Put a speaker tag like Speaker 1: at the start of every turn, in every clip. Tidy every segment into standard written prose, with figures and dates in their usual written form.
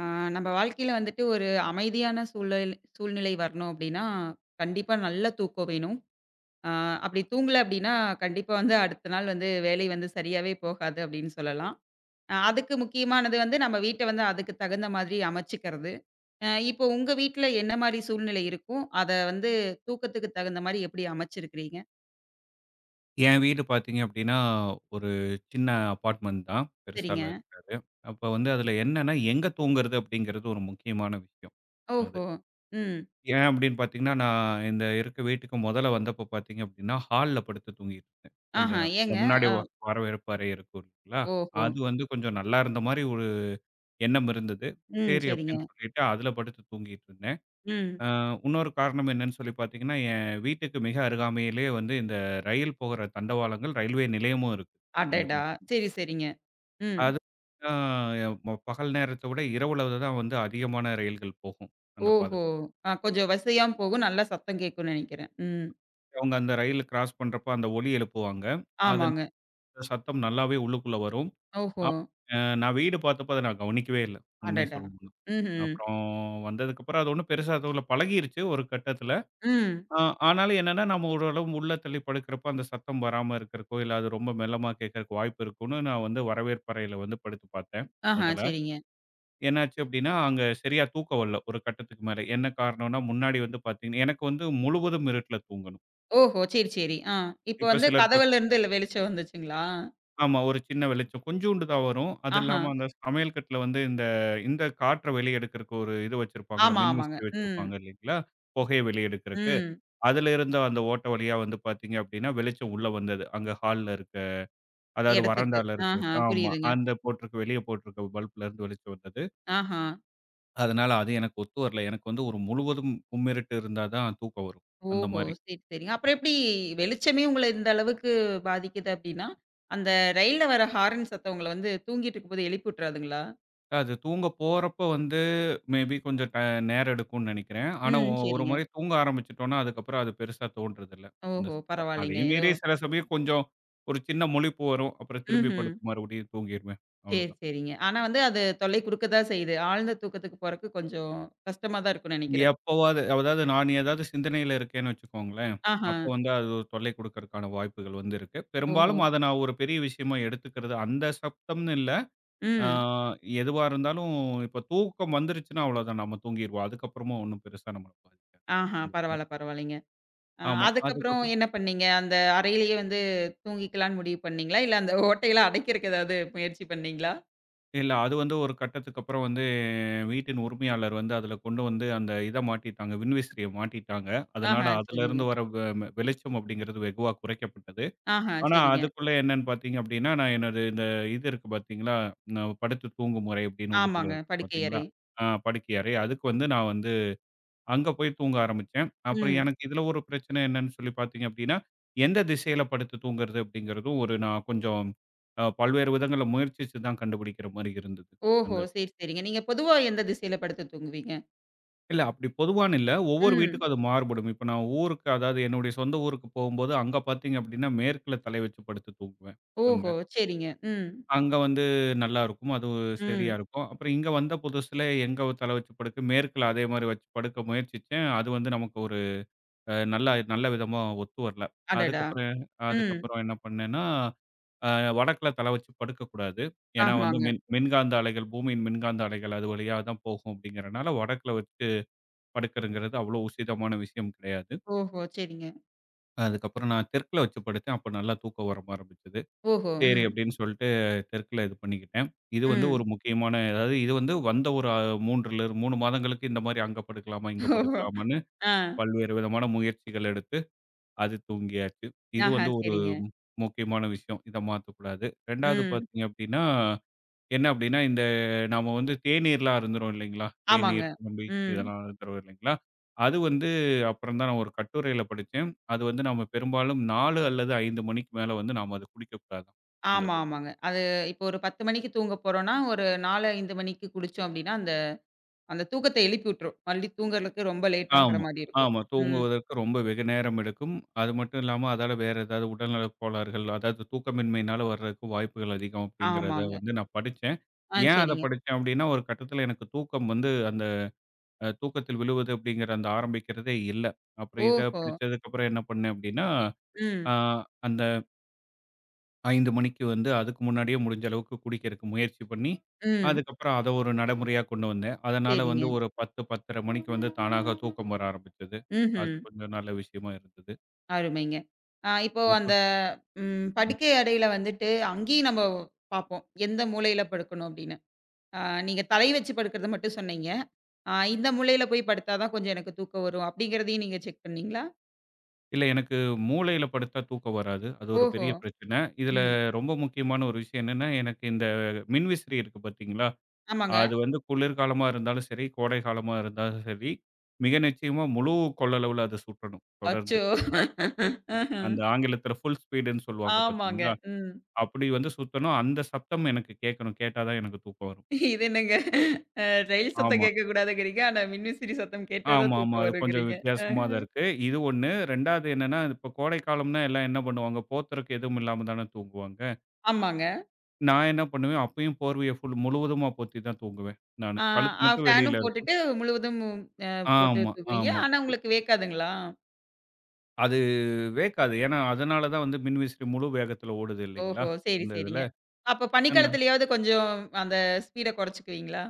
Speaker 1: ஆ, நம்ம வாழ்க்கையில வந்துட்டு ஒரு அமைதியான சூழ்நிலை வரணும் அப்படின்னா, கண்டிப்பா நல்ல தூக்கம் வேணும். ஆ அப்படி தூங்கல அப்படின்னா, கண்டிப்பா வந்து அடுத்த நாள் வந்து வேலை வந்து சரியாவே போகாது அப்படின்னு சொல்லலாம். அதுக்கு முக்கியமானது வந்து நம்ம வீட்ட வந்து அதுக்கு தகுந்த மாதிரி அமைச்சுக்கிறது. இப்போ உங்க வீட்ல என்ன மாரி சூழ்நிலை இருக்கும்? அத வந்து தூக்கத்துக்கு தகுந்த மாரி எப்படி அமைச்சிருக்கிறீங்க?
Speaker 2: என் வீடு பார்த்தீங்க அப்டின்னா, ஒரு சின்ன அபார்ட்மெண்ட் தான்.
Speaker 1: சரிங்க.
Speaker 2: பெருசாலாம் இருக்காது. அப்ப வந்து அதுல என்னன்னா, எங்க தூங்குறது அப்டிங்கிறது ஒரு முக்கியமான விஷயம். அது.
Speaker 1: ஓஹோ! ம்.
Speaker 2: ஏன் அப்டின்னு பார்த்தீங்கன்னா, நான் இந்த இருக்க வீட்டுக்கு முதல்ல வந்தப்போ பார்த்தீங்க அப்டின்னா, ஹால்ல படுத்து தூங்கிட்டு இருந்தேன். கொஞ்ச
Speaker 1: ஆஹா.
Speaker 2: நாள். அந்த
Speaker 1: ஏங்க?
Speaker 2: முன்னாடி
Speaker 1: அ
Speaker 2: வரவேற்பு அறை இருக்கும் இல்லைங்களா?
Speaker 1: ஓஹோ!
Speaker 2: அது வந்து கொஞ்சம் நல்லா இருந்த மாரி ஒரு எண்ணம் இருந்தது.
Speaker 1: ம்.
Speaker 2: சரி
Speaker 1: சரிங்க.
Speaker 2: அப்டின்னு சொல்லிட்டு அதுல படுத்து தூங்கிட்டு இருந்தேன்.
Speaker 1: ம்.
Speaker 2: அ உன்னொரு காரணம் என்னன்னு சொல்லி பார்த்தீங்கன்னா, என் வீட்டுக்கு மிக அருகாமையிலேயே வந்து இந்த ரயில் போகிற தண்டவாளங்கள், ரயில்வே நிலையமும் இருக்கு. 2மே.
Speaker 1: அடடா! சரி, சரிங்க. ம்.
Speaker 2: அது அ ம பகல் நேரத்த விட இரவுல தான் வந்து அதிகமான ரயில்கள் போகும், அந்த பாதை.
Speaker 1: ஓஹோ! கொஞ்சம் வசையாவும் போகும். நல்லா சத்தம் கேட்கும்னு நெனைக்கிறேன். ம்.
Speaker 2: அவங்க அந்த ரயில கிராஸ் பண்றப்ப அந்த ஒலி எழுப்புவாங்க. அதன்
Speaker 1: ஆமாங்க.
Speaker 2: சத்தம் நல்லாவே உள்ளுக்குள்ள வரும்.
Speaker 1: ஓஹோ!
Speaker 2: நான் வீடு பார்த்தப்ப அத நான் கவனிக்கவே இல்ல, உண்மைய
Speaker 1: அடடா!
Speaker 2: சொல்லணும்னா.
Speaker 1: ம்ஹ்ம்.
Speaker 2: அப்புறம் வந்ததுக்கப்புறம் அது ஒண்ணும் பெருசா எதுவும் இல்ல பழகிருச்சு ஒரு கட்டத்தில.
Speaker 1: ம்.
Speaker 2: ஆ ஆனாலும் என்னன்னா, நம்ம ஓரளவு உள்ள தள்ளி படுக்கிறப்ப அந்த சத்தம் வராம இருக்கறக்கோ, இல்ல அது ரொம்ப மெல்லமா கேட்கறக்கு வாய்ப்பு இருக்குன்னு நான் வந்து வரவேற்பறையில வந்து படுத்து பார்த்தேன்
Speaker 1: ஆஹா,
Speaker 2: முதல்ல.
Speaker 1: சரிங்க.
Speaker 2: என்னாச்சு அப்டின்னா, அங்க சரியா தூக்கம் வரல ஒரு கட்டத்துக்கு மேல. என்ன காரணம்னா, முன்னாடி வந்து பார்த்தீங்கன்னா எனக்கு வந்து முழுவதும் இருட்டுல தூங்கணும்.
Speaker 1: ஓஹோ! சரி, சரி. ஆ. இப்ப
Speaker 2: இப்ப
Speaker 1: வந்து
Speaker 2: சிலர்
Speaker 1: கதவுலருந்து இல்ல வெளிச்சம் வந்துச்சுங்களா?
Speaker 2: ஆமா ஒரு சின்ன வெளிச்சம் கொஞ்சூண்டு தான் வரும். அது
Speaker 1: ஆஹா.
Speaker 2: இல்லாம அந்த சமையல் கட்டுல வந்து இந்த இந்த காற்ற வெளிய எடுக்கறக்கு ஒரு இது வச்சிருப்பாங்கல்ல,
Speaker 1: ஆமா, ஆமாங்க.
Speaker 2: மின்விசிறி
Speaker 1: ம்.
Speaker 2: வச்சிருப்பாங்க இல்லைங்களா? புகைய வெளிய எடுக்கறக்கு.
Speaker 1: ம்.
Speaker 2: அதுல இருந்த அந்த ஓட்டை வழியா வந்து பார்த்தீங்க அப்படின்னா, வெளிச்சம் உள்ள வந்தது. அங்க ஹால்ல இருக்க அதாவது
Speaker 1: இடத்துக்கு.
Speaker 2: வராண்டால இருக்கிறது.
Speaker 1: ஆஹா,
Speaker 2: ஆமா.
Speaker 1: புரியுதுங்க.
Speaker 2: அந்த போட்டிருக்க வெளிய போட்டிருக்க பல்ப்ல இருந்து வெளிச்சம் வந்தது.
Speaker 1: ஆஹா.
Speaker 2: அதனால அது எனக்கு ஒத்து வரல. எனக்கு வந்து ஒரு முழுவதும் கும்மிருட்டு இருந்தா தான் தூக்கம் வரும். அந்த
Speaker 1: ஓஹோ!
Speaker 2: மாரி.
Speaker 1: சரி, சரிங்க. அப்புறம் எப்படி வெளிச்சமே உங்கள இந்த அளவுக்கு பாதிக்குது அப்படின்னா, அந்த ரயில்ல வர ஹாரன் சத்தம் உங்கள வந்து தூங்கிட்டு இருக்கும்போது எழுப்பி விட்டுறாதுங்களா?
Speaker 2: அது தூங்க போறப்ப வந்து மேபி கொஞ்சம் நேரம் எடுக்கும்னு நெனைக்கிறேன். ஆனா
Speaker 1: ம்.
Speaker 2: ஒரு
Speaker 1: சரிங்க.
Speaker 2: முறை தூங்க ஆரம்பிச்சுட்டோம்னா, அதுக்கப்புறம் அது பெருசா தோன்றதில்ல. அந்த
Speaker 1: ஓஹோ!
Speaker 2: சத்தம்.
Speaker 1: பரவாயில்லைங்க.
Speaker 2: அதையும்
Speaker 1: ஏதோ
Speaker 2: மீறி சில சமயம் கொஞ்சம் ஒரு சின்ன முழிப்பு வரும். அப்புறம் திரும்பி
Speaker 1: ம்ஹ்ம்.
Speaker 2: படுத்து மறுபடியும் தூங்கிருவேன்.
Speaker 1: சரி,
Speaker 2: அவ்வளோதான்.
Speaker 1: சரிங்க. ஆனா வந்து அது தொல்லை குடுக்க தான் செய்யுது. ஆழ்ந்த தூக்கத்துக்கு போறக்கு கொஞ்சம் கஷ்டமா தான் இருக்கும்னு நெனைக்கிறேன்.
Speaker 2: எப்பவாவது அதாவது நான் ஏதாவது சிந்தனையில இருக்கேன்னு வச்சுக்கோங்களேன்,
Speaker 1: ஆஹா.
Speaker 2: அப்ப வந்து அது ஒரு தொல்லை குடுக்கறக்கான வாய்ப்புகள் வந்து இருக்கு.
Speaker 1: ஓஹோ!
Speaker 2: பெரும்பாலும் அத நான் ஒரு பெரிய விஷயமா எடுத்துக்கிறது அந்த சப்தம்னு இல்ல. ஆ
Speaker 1: ம்.
Speaker 2: எதுவா இருந்தாலும் இப்ப தூக்கம் வந்துருச்சுன்னா அவ்வளோதான் நம்ம தூங்கிருவோம். அதுக்கப்புறமும் ஒண்ணும் பெருசா நம்மள பாதிக்காது.
Speaker 1: ஆஹா.
Speaker 2: ம்.
Speaker 1: பரவால்ல, பரவால்லைங்க.
Speaker 2: ஆமா.
Speaker 1: அதுக்கப்புறம்
Speaker 2: அதுக்கப்புறம்
Speaker 1: என்ன பண்ணீங்க? அந்த அறையிலேயே வந்து தூங்கிக்கலான்னு முடிவு பண்ணீங்களா? இல்ல அந்த ஓட்டையெல்லாம் அடைக்கிறக்கு ஏதாவது முயற்சி பண்ணீங்களா?
Speaker 2: இல்ல அது வந்து ஒரு கட்டத்துக்கு அப்புறம் வந்து வீட்டின் உரிமையாளர் வந்து அதுல கொண்டு வந்து அந்த இத மாட்டிட்டாங்க. விண்விசிறிய மாட்டிட்டாங்க. அதனால
Speaker 1: ஆஹா, சரிங்க.
Speaker 2: அதுலருந்து வர வெளிச்சம் அப்படிங்கிறது வெகுவா குறைக்கப்பட்டது.
Speaker 1: ஆஹா,
Speaker 2: ஆனா,
Speaker 1: சரிங்க.
Speaker 2: அதுக்குள்ள என்னன்னு பார்த்தீங்க அப்டின்னா, நான் என்னது இந்த இது இருக்கு பார்த்தீங்களா, நான் படுத்து தூங்கும் முறை அப்டின்னு உள்ளுக்குள்ள
Speaker 1: ஆமாங்க.
Speaker 2: இருக்கு
Speaker 1: படுக்கை
Speaker 2: பார்த்தீங்களா?
Speaker 1: அறை.
Speaker 2: ஆ படுக்கை அறை. அதுக்கு வந்து நான் வந்து அங்க போய் தூங்க ஆரம்பிச்சேன். அப்புறம்
Speaker 1: ம்.
Speaker 2: எனக்கு இதுல ஒரு பிரச்சனை என்னன்னு சொல்லி பார்த்தீங்க அப்டின்னா, எந்த திசையில படுத்து தூங்குறது அப்டிங்கிறதும் ஒரு நான் கொஞ்சம் பல்வேறு விதங்கள்ல முயற்சிச்சு தான் கண்டுபிடிக்கிற மாரி இருந்தது.
Speaker 1: ஓஹோ!
Speaker 2: அந்த இதுல.
Speaker 1: சரி, சரிங்க. நீங்க பொதுவா எந்த திசையில படுத்து தூங்குவீங்க?
Speaker 2: இல்ல அப்டி பொதுவான்னு இல்ல. ஒவ்வொரு
Speaker 1: ம்.
Speaker 2: வீட்டுக்கும் அது மாறுபடும். இப்ப நான் ஊருக்கு அதாவது என்னுடைய சொந்த ஊருக்கு போகும்போது, அங்க பார்த்தீங்க அப்டின்னா, மேற்குல தலை வச்சு படுத்து தூங்குவேன், அங்க.
Speaker 1: ஓஹோ! சரிங்க. ம்.
Speaker 2: அங்க வந்து நல்லாருக்கும். அது சரியா
Speaker 1: ம்.
Speaker 2: இருக்கும். அப்புறம் இங்க வந்த புதுசுல எங்க தல வச்சு படுக்க மேற்குல அதே மாரி வச்சு படுக்க முயற்சிச்சேன். அது வந்து நமக்கு ஒரு நல்ல நல்ல விதமா ஒத்து வரல.
Speaker 1: அடடா!
Speaker 2: அதுக்கப்புறம்
Speaker 1: ம்.
Speaker 2: அதுக்கப்புறம் என்ன பண்ணேன்னா, அ வடக்குல தல வச்சு படுக்கக்கூடாது. ஏன்னா வந்து
Speaker 1: ஆமாங்க.
Speaker 2: மின்காந்த அலைகள், பூமியின் மின்காந்த அலைகள் அது வழியா தான் போகும் அப்படிங்கிறனால, வடக்குல வச்சு படுக்கிறங்கிறது அவ்வளோ உசிதமான விஷயம் கிடையாது.
Speaker 1: ஓஹோ! சரிங்க.
Speaker 2: அதுக்கப்புறம் நான் தெற்குல வச்சு படுத்தேன். அப்ப நல்லா தூக்கம் வர ஆரம்பிச்சது.
Speaker 1: ஓஹோ!
Speaker 2: சரி
Speaker 1: ம்.
Speaker 2: அப்படின்னு சொல்லிட்டு தெற்குல இது பண்ணிக்கிட்டேன். இது வந்து
Speaker 1: ம்.
Speaker 2: ஒரு முக்கியமான அதாவது இது வந்து வந்த ஒரு 3 மாதங்களுக்கு இந்த மாதிரி அங்க படுக்கலாமா, இங்க
Speaker 1: ஓஹோ!
Speaker 2: படுக்கலாமான்னு
Speaker 1: ஆ.
Speaker 2: பல்வேறு விதமான முயற்சிகள் எடுத்து அது தூங்கியாச்சு. இது
Speaker 1: ஆஹா,
Speaker 2: வந்து ஒரு
Speaker 1: சரிங்க.
Speaker 2: மு- முக்கியமான விஷயம். இத மாத்தக்கூடாது. 2வது
Speaker 1: ம்.
Speaker 2: பார்த்தீங்க அப்படின்னா, என்ன அப்படின்னா இந்த நாம வந்து தேநீர்லாம் அருந்துறோம் இல்லைங்களா?
Speaker 1: ஆமாங்க.
Speaker 2: தேநீர், குழம்பு
Speaker 1: ம்.
Speaker 2: இதெல்லாம் அருந்துறோம் இல்லைங்களா? அது வந்து அப்புறம் தான் நான் ஒரு கட்டுரையில படிச்சேன். அது வந்து நாம பெரும்பாலும் 4 அல்லது 5 மணிக்கு மேல வந்து நாம அத குடிக்கக்கூடாதாம். அந்த
Speaker 1: ஆமா, ஆமாங்க. அது இப்போ ஒரு 10 மணிக்கு தூங்க போறோம்னா, ஒரு 4, 5 மணிக்கு குடிச்சோம் அப்டின்னா, அந்த அந்த தூக்கத்த எழுப்பி விட்டுரும். மறுபடி தூங்குறதுக்கு ரொம்ப லேட் ஆகுற
Speaker 2: ஆமா,
Speaker 1: மாரி இருக்கும்.
Speaker 2: ஆமா.
Speaker 1: ம்.
Speaker 2: தூங்குவதற்கு ரொம்ப வெகு நேரம் எடுக்கும். அது மட்டும் இல்லாம, அதால வேற ஏதாவது உடல்நல கோளாறுகள், அதாவது தூக்கமின்மையினால வர்றதுக்கு வாய்ப்புகள் அதிகம் அப்படிங்கிறத
Speaker 1: ஆமாங்க.
Speaker 2: வந்து நான் படிச்சேன்.
Speaker 1: ஆ
Speaker 2: ஏன் அத
Speaker 1: சரிங்க.
Speaker 2: படிச்சேன் அப்படின்னா, ஒரு கட்டத்தில எனக்கு தூக்கம் வந்து அந்த தூக்கத்தில் விழுவது அப்படிங்கிற அந்த ஆரம்பிக்கிறதே இல்ல. அப்புறம் இத
Speaker 1: ஓஹோ!
Speaker 2: படிச்சதுக்கப்புறம் என்ன பண்ணேன் அப்படின்னா, அ
Speaker 1: ம்.
Speaker 2: அந்த 5 மணிக்கு வந்து அதுக்கு முன்னாடியே முடிஞ்ச அளவுக்கு குடிக்கிறக்கு முயற்சி பண்ணி,
Speaker 1: ம்.
Speaker 2: அதுக்கப்புறம் அத ஒரு நடைமுறையா கொண்டு வந்தேன். அதனால
Speaker 1: சரிங்க.
Speaker 2: வந்து ஒரு 10, 10:30 மணிக்கு வந்து தானாக தூக்கம் வர ஆரம்பிச்சது.
Speaker 1: ம்ஹ்ம்.
Speaker 2: அது கொஞ்சம் நல்ல விஷயமா இருந்தது.
Speaker 1: அருமைங்க. இப்போ அந்த
Speaker 2: அப்புறம்
Speaker 1: ம் படுக்கை அறையில வந்துட்டு, அங்கேயும் நம்ம பாப்போம். எந்த மூலையில படுக்கணும் அப்டின்னு. ஆ நீங்க தலை வச்சு படுக்கிறத மட்டும் சொன்னீங்க. இந்த மூலையில போய் படுத்தா தான் கொஞ்சம் எனக்கு தூக்கம் வரும். அப்படிங்கிறதையும் நீங்க செக் பண்ணீங்களா?
Speaker 2: இல்ல எனக்கு மூலையில படுத்தா தூக்கம் வராது. அது ஒரு
Speaker 1: ஓஹோ!
Speaker 2: பெரிய பிரச்சனை. இதுல
Speaker 1: ம்.
Speaker 2: ரொம்ப முக்கியமான ஒரு விஷயம் என்னன்னா, எனக்கு இந்த மின்விசிறி இருக்கு பார்த்தீங்களா?
Speaker 1: ஆமாங்க.
Speaker 2: அது வந்து குளிர்காலமா இருந்தாலும் சரி, கோடை காலமா இருந்தாலும் சரி, மிக நிச்சயமா முழு கொள்ளளவுல அது சுற்றணும் தொடர்ந்து.
Speaker 1: அச்சோ! ஆஹ.
Speaker 2: அந்த ஆங்கிலத்தில ஃபுல் ஸ்பீடுன்னு சொல்லுவாங்க
Speaker 1: ஆமாங்க.
Speaker 2: பார்த்தீங்களா?
Speaker 1: ம்.
Speaker 2: அப்படி வந்து சுத்தணும். அந்த சத்தம் எனக்கு கேட்கணும். கேட்டா தான் எனக்கு தூக்கம் வரும்.
Speaker 1: இது என்னங்க அ ரயில் சத்தம்
Speaker 2: ஆமா.
Speaker 1: கேட்கக்கூடாதுங்கிறீங்க. ஆனா மின்விசிறி சத்தம் கேட்டா தான்
Speaker 2: ஆமா, ஆமா.
Speaker 1: தூக்கம்
Speaker 2: அது கொஞ்சம்
Speaker 1: வருங்கிறீங்க.
Speaker 2: வித்தியாசமா
Speaker 1: அஹ.
Speaker 2: தான் இருக்கு. இது 1. 2வது என்னன்னா, இப்ப கோடை காலம்னா எல்லாம் என்ன பண்ணுவாங்க, போர்த்துறக்கு எதுவும் இல்லாம தானே தூங்குவாங்க.
Speaker 1: ஆமாங்க.
Speaker 2: நான் என்ன பண்ணுவேன், அப்பயும் போர்வைய ஃபுல் முழுவதுமா போத்தி தான் தூங்குவேன் நானு.
Speaker 1: ஆ
Speaker 2: கழுத்து
Speaker 1: அ
Speaker 2: மட்டும்
Speaker 1: ஃபேனும்
Speaker 2: வெளியில இருக்கும்.
Speaker 1: போட்டுட்டு முழுவதும் அ போட்டு
Speaker 2: ஆமா,
Speaker 1: தூங்குவீங்க.
Speaker 2: ஆமா.
Speaker 1: ஆனா உங்களுக்கு வேக்காதுங்களா?
Speaker 2: அது வேக்காது. ஏன்னா, அதனால தான் வந்து மின்விசிறி முழு வேகத்தில ஓடுது இல்லைங்களா?
Speaker 1: ஓஹோ! சரி,
Speaker 2: இந்த இதுல.
Speaker 1: சரிங்க. அப்ப பனிக்காலத்திலயாவது கொஞ்சம் அந்த ஸ்பீட குறைச்சுக்குவீங்களா?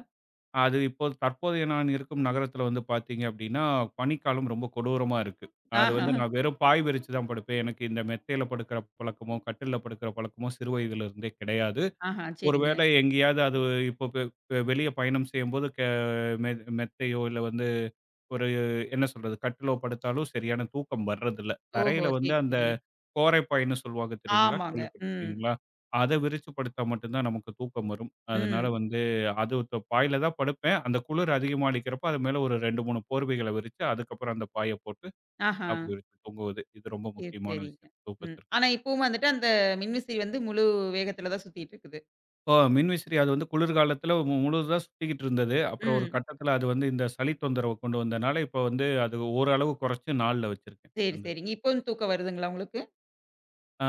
Speaker 2: அது இப்போ தற்போதைய நான் இருக்கும் நகரத்தில வந்து பார்த்தீங்க அப்டின்னா, பனிக்காலம் ரொம்ப கொடூரமா இருக்கு. அது ம்.
Speaker 1: ஆஹா.
Speaker 2: வந்து நான் வெறும் பாய் விரிச்சு தான் படுப்பேன். எனக்கு இந்த மெத்தையில படுக்கிற பழக்கமோ, கட்டில்ல படுக்கிற பழக்கமோ சிறு வயதில இருந்தே கிடையாது.
Speaker 1: ஆஹா, சரிங்க.
Speaker 2: ஒருவேளை எங்கேயாவது அது இப்போ வெளிய பயணம் செய்யும்போது கெ மெ மெத்தையோ இல்ல வந்து ஒரு என்ன சொல்றது? கட்டிலோ படுத்தாலும் சரியான தூக்கம் வர்றதில்ல.
Speaker 1: ஓஹோ!
Speaker 2: தரையில வந்து
Speaker 1: சரி,
Speaker 2: அந்த
Speaker 1: சரிங்க.
Speaker 2: கோரைப்பாய்ன்னு சொல்லுவாங்க தெரியுங்களா?
Speaker 1: ஆமாங்க. ம்,
Speaker 2: கேள்விப்பட்டுருக்கீங்களா? அத விரிச்சு படுத்தா மட்டும் தான் நமக்கு தூக்கம் வரும். அதனால
Speaker 1: ம்.
Speaker 2: வந்து அது பாயில தான் படுப்பேன். அந்த குளிர் அதிகமா அடிக்கிறப்ப, அது மேல ஒரு 2, 3 போர்வைகள விரிச்சு, அதுக்கப்புறம் அந்த பாய போட்டு
Speaker 1: ஆஹா.
Speaker 2: அப்படி விரிச்சு தூங்குவது. இது ரொம்ப
Speaker 1: சரி,
Speaker 2: முக்கியமான
Speaker 1: சரிங்க.
Speaker 2: விஷயம்
Speaker 1: ம்.
Speaker 2: தூக்கத்திற்கு.
Speaker 1: ஆனா இப்பவும் வந்துட்டு அந்த மின்விசிறி வந்து முழு வேகத்துல தான் சுத்திட்டு இருக்குது.
Speaker 2: இப்போ மின்விசிறி அது வந்து குளிர்காலத்தில முழுதா சுத்திக்கிட்டு இருந்தது. அப்புறம் ஒரு
Speaker 1: ம்.
Speaker 2: கட்டத்தில அது வந்து இந்த சளி தொந்தரவு கொண்டு வந்தனால, இப்போ வந்து அது ஓரளவு குறைச்சு 4ல வச்சிருக்கேன்.
Speaker 1: சரி,
Speaker 2: அந்த
Speaker 1: சரிங்க. இப்பவும் தூக்கம் வருதுங்களா உங்களுக்கு?
Speaker 2: ஆ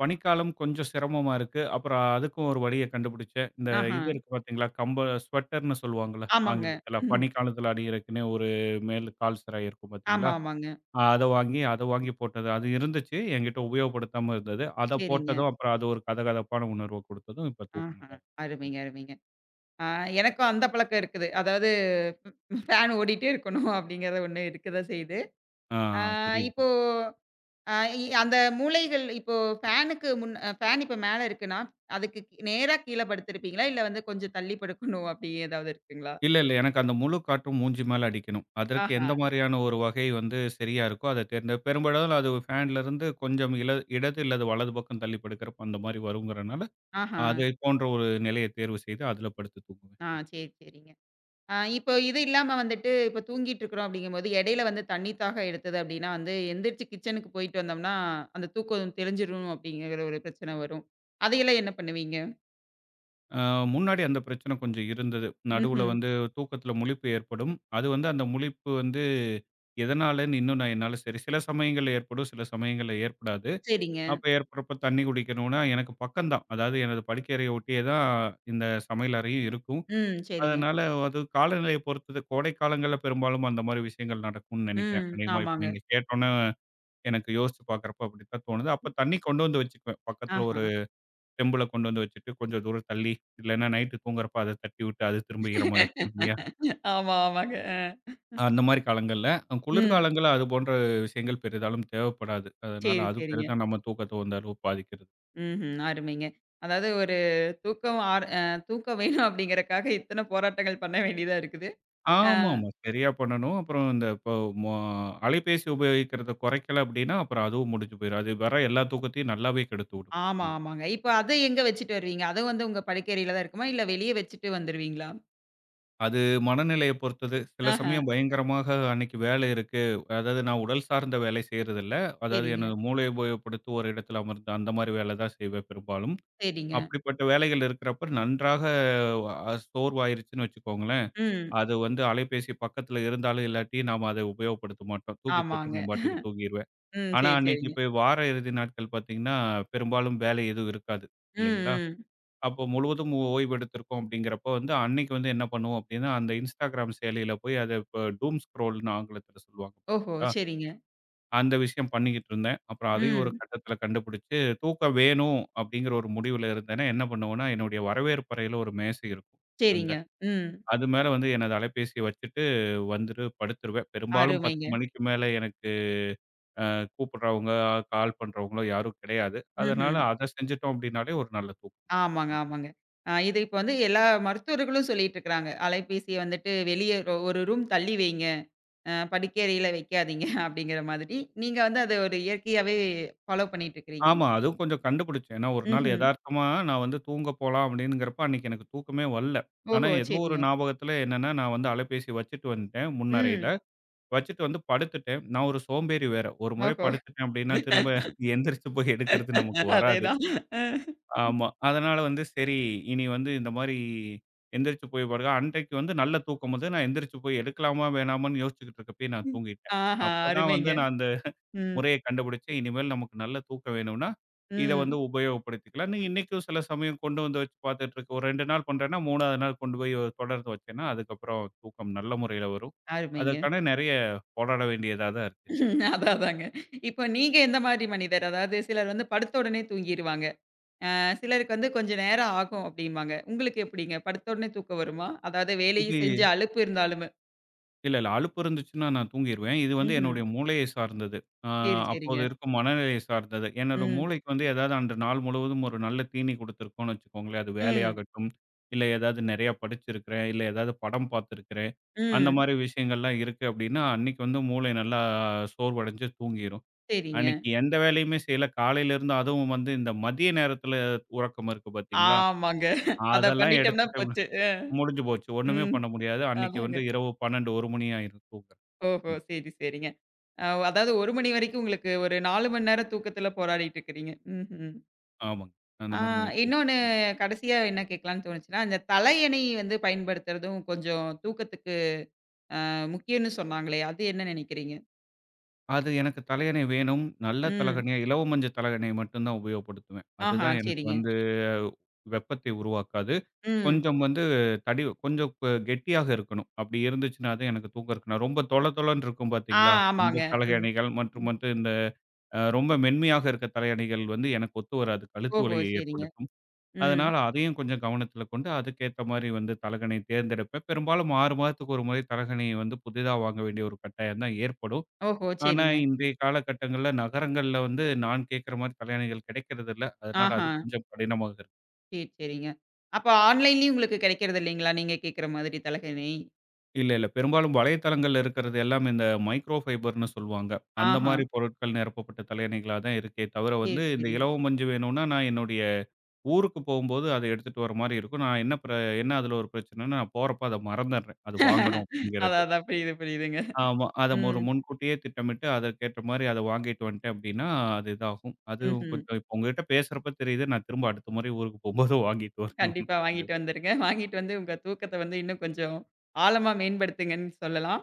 Speaker 2: பனிக்காலம் கொஞ்சம் சிரமமா இருக்கு. அப்புறம் அதுக்கும் ஒரு வழிய கண்டுபிடிச்சேன். இந்த
Speaker 1: ஆஹா.
Speaker 2: இது இருக்கு பார்த்தீங்களா, ஸ்வெட்டர்ன்னு சொல்லுவாங்கல்ல
Speaker 1: ஆமாங்க.
Speaker 2: ஆங்கிலத்தில.
Speaker 1: ம்.
Speaker 2: பனிக்காலத்தில அணியிறதுக்குன்னே ஒரு மேல் கால் சிராய் இருக்கும் பார்த்தீங்களா,
Speaker 1: ஆமா, ஆமாங்க.
Speaker 2: அத வாங்கி அத வாங்கி போட்டது. அது இருந்துச்சு. என்கிட்ட உபயோகப்படுத்தாம இருந்தது. அத
Speaker 1: சரிங்க.
Speaker 2: போட்டதும், அப்புறம் அது ஒரு கதகதப்பான உணர்வ குடுத்ததும், இப்ப தூக்கம்
Speaker 1: ஆஹா.
Speaker 2: நல்லா
Speaker 1: அருமைங்க, அருமைங்க. ஆ எனக்கும் அந்த பழக்கம் இருக்குது. அதாவது ஃபேன் ஓடிட்டே இருக்கணும் அப்படிங்கிறது ஒண்ணு இருக்க தான் செய்யுது.
Speaker 2: ஆ
Speaker 1: ஆ
Speaker 2: புரியுது.
Speaker 1: இப்போ ஆ இ அந்த மூலைகள் இப்போ ஃபேனுக்கு முன் ஃபேன் இப்ப மேல இருக்குன்னா, அதுக்கு நேரா கீழ படுத்திருப்பீங்களா? இல்ல வந்து கொஞ்சம் தள்ளி படுக்கணும் அப்படி ஏதாவது இருக்குங்களா?
Speaker 2: இல்ல, இல்ல. எனக்கு அந்த முழு காற்றும் மூஞ்சி மேல அடிக்கணும். அதற்கு
Speaker 1: ஆஹா,
Speaker 2: எந்த மாரியான ஒரு வகை வந்து சரியா இருக்கோ, அத தேர்ந்து பெரும்பாலும் அது ஃபேன்லருந்து கொஞ்சம் இடது இல்லது வலது பக்கம் தள்ளி படுக்கிறப்ப அந்த மாரி வருங்கிறனால,
Speaker 1: ஆஹா.
Speaker 2: அதை போன்ற ஒரு நிலைய தேர்வு செய்து அதில படுத்து தூங்குவேன்.
Speaker 1: ஆ சரி, சரிங்க. இப்போ இது இல்லாம வந்துட்டு இப்ப தூங்கிட்டு இருக்கிறோம் அப்படிங்கும்போது, இடையில வந்து தண்ணி தாகம் எடுத்தது அப்படின்னா வந்து, எந்திரிச்சு கிச்சனுக்கு போயிட்டு வந்தோம்னா, அந்த தூக்கம் தெளிஞ்சிரும் அப்படிங்கிற ஒரு பிரச்சனை வரும். அதையெல்லாம் என்ன பண்ணுவீங்க?
Speaker 2: அ முன்னாடி அந்த பிரச்சனை கொஞ்சம் இருந்தது. நடுவுல
Speaker 1: ம்ஹ்ம்.
Speaker 2: வந்து தூக்கத்தில முழிப்பு ஏற்படும். அது வந்து அந்த முழிப்பு வந்து எதனாலன்னு இன்னும் நான் என்னால சரி சில சமயங்கள்ல ஏற்படும், சில சமயங்கள்ல ஏற்படாது.
Speaker 1: சரிங்க.
Speaker 2: அப்ப ஏற்படுறப்ப தண்ணி குடிக்கணும்னா எனக்கு பக்கம்தான். அதாவது எனது படுக்கை அறைய ஒட்டியே தான் இந்த சமையல் அறையும் இருக்கும்.
Speaker 1: ம். சரிங்க.
Speaker 2: அதனால அது காலநிலைய பொறுத்தது. கோடை காலங்கள்ல பெரும்பாலும் அந்த மாரி விஷயங்கள் நடக்கும்னு நெனைக்கிறேன்.
Speaker 1: ம்.
Speaker 2: அதேமாரி இப்ப
Speaker 1: ஆமாங்க.
Speaker 2: நீங்க கேட்டோனே எனக்கு யோசிச்சு பார்க்குறப்போ அப்படித்தான் தோணுது. அப்ப தண்ணி கொண்டு வந்து வச்சுக்குவேன். பக்கத்துல
Speaker 1: ஆஹா.
Speaker 2: ஒரு செம்புல கொண்டு வந்து வச்சுட்டு, கொஞ்சம் தூரம் தள்ளி, இல்லன்னா நைட்டு தூங்குறப்ப அத தட்டி விட்டு அது திரும்ப ஈரமாயிருக்கும் இல்லையா?
Speaker 1: ஆமா, ஆமாங்க. அ.
Speaker 2: அந்த மாரி காலங்கள்ல.
Speaker 1: ம்.
Speaker 2: குளிர்காலங்கள்ல அது போன்ற விஷயங்கள் பெரிதாலும் தேவைப்படாது. அதனால
Speaker 1: சரி,
Speaker 2: அது
Speaker 1: சரிங்க.
Speaker 2: பெரிதா நம்ம தூக்கத்த வந்து அளவு பாதிக்கிறது
Speaker 1: ம்ஹ்ம். அருமைங்க. அதாவது ஒரு தூக்கம் ஆர் அ தூக்கம் வேணும் அப்படிங்கிறக்காக இத்தன போராட்டங்கள் பண்ண வேண்டியதா இருக்குது. அ
Speaker 2: ஆமாமா. சரியா பண்ணணும். அப்புறம் இந்த இப்போ மொ அலைபேசி உபயோகிக்கிறத குறைக்கல அப்படின்னா, அப்புறம் அதுவும் முடிஞ்சு போயிரும். அது வர எல்லா தூக்கத்தையும் நல்லாவே கெடுத்து விடும்.
Speaker 1: ஆமா,
Speaker 2: ம்.
Speaker 1: ஆமாங்க. இப்ப அத எங்க வச்சுட்டு வருவீங்க? அதுவும் வந்து உங்க படுக்கையறையில தான் இருக்குமா? இல்ல வெளிய வச்சுட்டு வந்துருவீங்களா?
Speaker 2: அது மனநிலைய பொறுத்தது. சில
Speaker 1: ஆஹ.
Speaker 2: சமயம் பயங்கரமாக அன்னைக்கு வேலை இருக்கு. அதாவது நான் உடல் சார்ந்த வேலை செய்றதில்ல. அதாவது
Speaker 1: சரிங்க,
Speaker 2: எனது மூளைய உபயோகப்படுத்தி ஒரு இடத்துல அமர்ந்து அந்த மாரி வேலை தான் செய்வேன் பெரும்பாலும்.
Speaker 1: சரிங்க.
Speaker 2: அப்படிப்பட்ட வேலைகள் இருக்கிறப்ப நன்றாக சோர்வாயிருச்சுன்னு வச்சுக்கோங்களேன்,
Speaker 1: ம்.
Speaker 2: அது வந்து அலைபேசி பக்கத்துல இருந்தாலும் இல்லாட்டி நாம அத உபயோகப்படுத்த மாட்டோம். தூக்கி போட்டு
Speaker 1: ஆமாங்க.
Speaker 2: நம்ம பாட்டுக்கு தூங்கிருவோம்.
Speaker 1: ம்.
Speaker 2: ஆனா,
Speaker 1: சரி,
Speaker 2: அன்னைக்கு
Speaker 1: சரிங்க.
Speaker 2: இப்ப வார இறுதி நாட்கள் பார்த்தீங்கன்னா, பெரும்பாலும் வேலை எதுவும் இருக்காது இல்லைங்களா?
Speaker 1: ம், ம்.
Speaker 2: அப்போ முழுவதும் ஓய்வு எடுத்திருக்கோம் அப்படிங்கிறப்போ வந்து, அன்னைக்கு வந்து என்ன பண்ணுவோம் அப்படின்னா, அந்த Instagram செயலியில போய் அத இப்ப டூம் ஸ்க்ரோல்ன்னு ஆங்கிலத்தில சொல்லுவாங்க
Speaker 1: ஓஹோ!
Speaker 2: பார்த்தீங்களா?
Speaker 1: சரிங்க.
Speaker 2: அந்த விஷயம் பண்ணிக்கிட்டு இருந்தேன். அப்புறம் அதையும் ஒரு
Speaker 1: ம்.
Speaker 2: கட்டத்தில கண்டுபிடிச்சு, தூக்கம் வேணும் அப்படிங்கிற ஒரு முடிவுல இருந்தேன்னா, என்ன பண்ணுவேன்னா, என்னுடைய வரவேற்பறையில ஒரு மேசை இருக்கும் அங்க.
Speaker 1: சரிங்க. ம்.
Speaker 2: அது மேல வந்து எனது அலைபேசிய வச்சுட்டு வந்துட்டு படுத்துருவேன். பெரும்பாலும் 10
Speaker 1: அருமைங்க.
Speaker 2: மணிக்கு மேல எனக்கு கூப்பிடுறவங்க, கால் பண்றவங்களோ யாரும் கிடையாது. அதனால
Speaker 1: ம்ஹ்ம்.
Speaker 2: அத செஞ்சுட்டோம் அப்படின்னாலே ஒரு நல்ல தூக்கம்.
Speaker 1: ஆமாங்க, ஆமாங்க. இது இப்ப வந்து எல்லா மருத்துவர்களும் சொல்லிட்டு இருக்கிறாங்க. அலைபேசிய வந்துட்டு வெளிய ஒரு ரூம் தள்ளி வைங்க. "படிக்கறையில வைக்காதீங்க" அப்படிங்கிற மாதிரி, நீங்க வந்து அத ஒரு இயற்கையாவே ஃபாலோ பண்ணிட்டு இருக்கிறீங்க.
Speaker 2: ஆமா. அதுவும் கொஞ்சம் கண்டுபிடிச்சேன். ஏன்னா ஒரு நாள்
Speaker 1: ம்ஹ்ம்.
Speaker 2: எதார்த்தமா நான் வந்து தூங்க போலாம் அப்படின்னுங்கிறப்ப அன்னைக்கு எனக்கு தூக்கமே வரல. ஆனா
Speaker 1: ஓஹோ!
Speaker 2: ஏதோ ஒரு
Speaker 1: சரிங்க.
Speaker 2: ஞாபகத்துல என்னன்னா, நான் வந்து அலைபேசி வச்சுட்டு வந்துட்டேன் முன்னறையில.
Speaker 1: ம்.
Speaker 2: வச்சுட்டு வந்து படுத்துட்டேன். நான் ஒரு சோம்பேறி வேற. ஒரு முறை
Speaker 1: ஓஹோ!
Speaker 2: படுத்துட்டேன் அப்படின்னா திரும்ப எந்திரிச்சு போய் எடுக்கிறது நமக்கு வராது.
Speaker 1: அதேதான். அ.
Speaker 2: ஆமா. அதனால வந்து சரி, இனி வந்து இந்த மாரி எந்திரிச்சு போய் படுக்க அன்றைக்கு வந்து நல்ல தூக்கம் வந்து நான் எந்திரிச்சு போய் எடுக்கலாமா, வேணாமான்னு யோசிச்சுக்கிட்டு இருக்கப்பயே நான் தூங்கிட்டேன்.
Speaker 1: ஆஹா!
Speaker 2: அப்பதான் வந்து
Speaker 1: அருமைங்க.
Speaker 2: நான் அந்த
Speaker 1: ம்.
Speaker 2: முறைய கண்டுபிடிச்சேன். இனிமேல் நமக்கு நல்ல தூக்கம் வேணும்னா, இத வந்து
Speaker 1: ம்.
Speaker 2: உபயோகப்படுத்திக்கலாம்ன்னு இன்னைக்கும் சில சமயம் கொண்டு வந்து வச்சு பார்த்துட்டு இருக்கேன். ஒரு 2 நாள் பண்றேன்னா, 3வது நாள் கொண்டு போய் தொடர்ந்து வச்சேன்னா, அதுக்கப்புறம் தூக்கம் நல்ல முறையில வரும்.
Speaker 1: அருமைங்க.
Speaker 2: அதற்கான நெறைய போராட வேண்டியதா தான் இருக்கு.
Speaker 1: ம், அதான் அதாங்க. இப்போ நீங்க எந்த மாரி மனிதர்? அதாவது சிலர் வந்து படுத்த உடனே தூங்கிருவாங்க. சிலருக்கு வந்து கொஞ்சம் நேரம் ஆகும் அப்படிம்பாங்க. உங்களுக்கு எப்படிங்க? படுத்த உடனே தூக்கம் வருமா? அதாவது
Speaker 2: இது
Speaker 1: வேலையும் செஞ்சு அலுப்பு இருந்தாலுமே?
Speaker 2: இல்ல, இல்ல. அலுப்பு இருந்துச்சுன்னா நான் தூங்கிருவேன். இது வந்து
Speaker 1: ம்ஹ்ம்.
Speaker 2: என்னுடைய மூளையை சார்ந்தது. அ
Speaker 1: சரி, சரிங்க.
Speaker 2: அப்போது இருக்கும் மனநிலையை சார்ந்தது. என்னோட
Speaker 1: ம்.
Speaker 2: மூளைக்கு வந்து ஏதாவது அன்று நாள் முழுவதும் ஒரு நல்ல தீனி குடுத்துருக்கோம்னு வச்சுக்கோங்களேன். அது
Speaker 1: ம்.
Speaker 2: வேலையாகட்டும், இல்ல ஏதாவது நிறையா படிச்சிருக்கிறேன், இல்ல ஏதாவது படம் பார்த்துருக்கிறேன். அந்த
Speaker 1: ம்.
Speaker 2: மாரி விஷயங்கள்லாம் இருக்கு அப்டின்னா, அன்னைக்கு வந்து மூளை நல்லா சோர்வடைஞ்சு தூங்கிரும்.
Speaker 1: சரிங்க.
Speaker 2: அன்னைக்கு எந்த வேலையுமே செய்யல. காலையிலருந்து அதுவும் வந்து இந்த மதிய நேரத்தில உறக்கம் இருக்கு பார்த்தீங்களா?
Speaker 1: ஆமாங்க. அத
Speaker 2: அதெல்லாம்
Speaker 1: பண்ணிட்டோம்னா
Speaker 2: எடுத்துட்டு
Speaker 1: போச்சு.
Speaker 2: முடிஞ்சு போச்சு. ஒண்ணுமே
Speaker 1: ம்.
Speaker 2: பண்ண முடியாது. அன்னைக்கு
Speaker 1: அதாங்க.
Speaker 2: வந்து இரவு 12, 1 மணி ஆயிரும் தூங்க.
Speaker 1: ஓஹோ!
Speaker 2: அந்த
Speaker 1: சரி, சரிங்க. அதாவது 1 மணி வரைக்கும் உங்களுக்கு ஒரு 4 மணி நேரம் தூக்கத்துல போராடிட்டு இருக்கிறீங்க. ம்ஹ்ம்.
Speaker 2: ஆமாங்க. அந்த
Speaker 1: ஆ
Speaker 2: மாரி முயற்சிகள்
Speaker 1: இன்னொன்னு
Speaker 2: எடுக்கணும்.
Speaker 1: கடைசியா என்ன கேட்கலான்னு தோணுச்சுன்னா, இந்த தலையணை வந்து பயன்படுத்துறதும் கொஞ்சம் தூக்கத்துக்கு முக்கியம்னு சொன்னாங்களே! அது என்ன நினைக்கிறீங்க?
Speaker 2: அது எனக்கு தலையணை வேணும். நல்ல
Speaker 1: ம்.
Speaker 2: தலகணியா, இலவ மஞ்ச தலகணை மட்டும் தான் உபயோகப்படுத்துவேன்.
Speaker 1: ஆஹா!
Speaker 2: அதுதான் எனக்கு
Speaker 1: சரிங்க.
Speaker 2: வந்து வெப்பத்தை உருவாக்காது.
Speaker 1: ம்.
Speaker 2: கொஞ்சம் வந்து தடி கொஞ்சம் கெட்டியாக இருக்கணும். அப்படி இருந்துச்சுன்னா தான் எனக்கு தூங்கறக்கு நான் ரொம்ப தொள தொளன்னு இருக்கும்
Speaker 1: ஆ
Speaker 2: பாத்தீங்களா?
Speaker 1: ஆமாங்க.
Speaker 2: அந்த
Speaker 1: ம்.
Speaker 2: தலயணைகள் மற்றும்
Speaker 1: ம்.
Speaker 2: வந்து இந்த ரொம்ப மென்மையாக இருக்க தலையணைகள் வந்து எனக்கு ஒத்து வராது. கழுத்து
Speaker 1: ஓஹோ!
Speaker 2: வலியை
Speaker 1: சரிங்க.
Speaker 2: ஏற்படுத்தும்.
Speaker 1: ம்.
Speaker 2: அதனால அதையும் கொஞ்சம் கவனத்துல கொண்டு, அதுக்கேத்த மாரி வந்து தலகணை தேர்ந்தெடுப்பேன். பெரும்பாலும் 6 மாதத்துக்கு ஒரு முறை தலகணிய வந்து புதிதா வாங்க வேண்டிய ஒரு கட்டாயம் தான் ஏற்படும்.
Speaker 1: ஓஹோ!
Speaker 2: ஆனா,
Speaker 1: சரிங்க.
Speaker 2: இன்றைய காலகட்டங்கள்ல நகரங்கள்ல வந்து நான் கேட்கிற மாரி தலயணைகள் கிடைக்கிறதில்ல. அதனால அது
Speaker 1: ஆஹா!
Speaker 2: கொஞ்சம் கடினமாக
Speaker 1: சரி, சரிங்க. அப்ப ஆன்லைன்லயும் உங்களுக்கு கிடைக்கிறது இல்லைங்களா? நீங்க கேட்கிற மாதிரி தலகாணி.
Speaker 2: இல்ல, இல்ல. பெரும்பாலும் வலைத்தளங்கள்ல இருக்கிறது எல்லாம் இந்த மைக்ரோ ஃபைபர்ன்னு சொல்லுவாங்க. அந்த
Speaker 1: ஆஹா.
Speaker 2: மாரி பொருட்கள் நிரப்பப்பட்ட தலையணைகளா தான் இருக்கே தவிர
Speaker 1: சரி,
Speaker 2: வந்து, இந்த
Speaker 1: சரிங்க.
Speaker 2: இலவ மஞ்சு வேணும்னா, நான் என்னுடைய ஊருக்கு போகும்போது அத எடுத்துட்டு வர மாரி இருக்கும். நான் என்ன அதுல ஒரு பிரச்சனைன்னா, நான் போறப்ப அத மறந்துடுறேன். அது வாங்கணும் அப்படிங்கிறது.
Speaker 1: அதான், அதான். புரியுது, புரியுதுங்க.
Speaker 2: ஆமா. அத ஒரு
Speaker 1: ம்.
Speaker 2: முன்கூட்டியே திட்டமிட்டு அதற்கேற்ற மாரி அத வாங்கிட்டு வந்துட்டேன் அப்படின்னா, அது இதாகும். அதுவும்
Speaker 1: ம்ஹ்ம்.
Speaker 2: கொஞ்சம் இப்போ உங்ககிட்ட பேசுறப்ப தெரியுது. நான் திரும்ப அடுத்த முறை ஊருக்கு போகும்போது வாங்கிட்டு வரணும்னு.
Speaker 1: கண்டிப்பா வாங்கிட்டு வந்துருங்க. வாங்கிட்டு வந்து உங்க தூக்கத்த வந்து இன்னும் கொஞ்சம் ஆழமா மேம்படுத்துங்கன்னு சொல்லலாம்.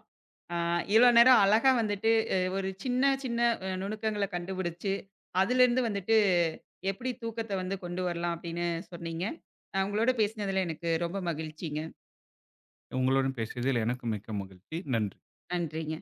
Speaker 1: ஆ இவ்வளோ நேரம் அழகா வந்துட்டு ஒரு சின்ன, சின்ன நுணுக்கங்கள கண்டுபிடிச்சு, அதிலிருந்து வந்துட்டு எப்படி தூக்கத்த வந்து கொண்டு வரலாம் அப்படின்னு சொன்னீங்க. உங்களோட பேசினதுல எனக்கு ரொம்ப மகிழ்ச்சிங்க.
Speaker 2: உங்களுடன் பேசியதில் எனக்கு மிக்க மகிழ்ச்சி. நன்றி.
Speaker 1: நன்றிங்க.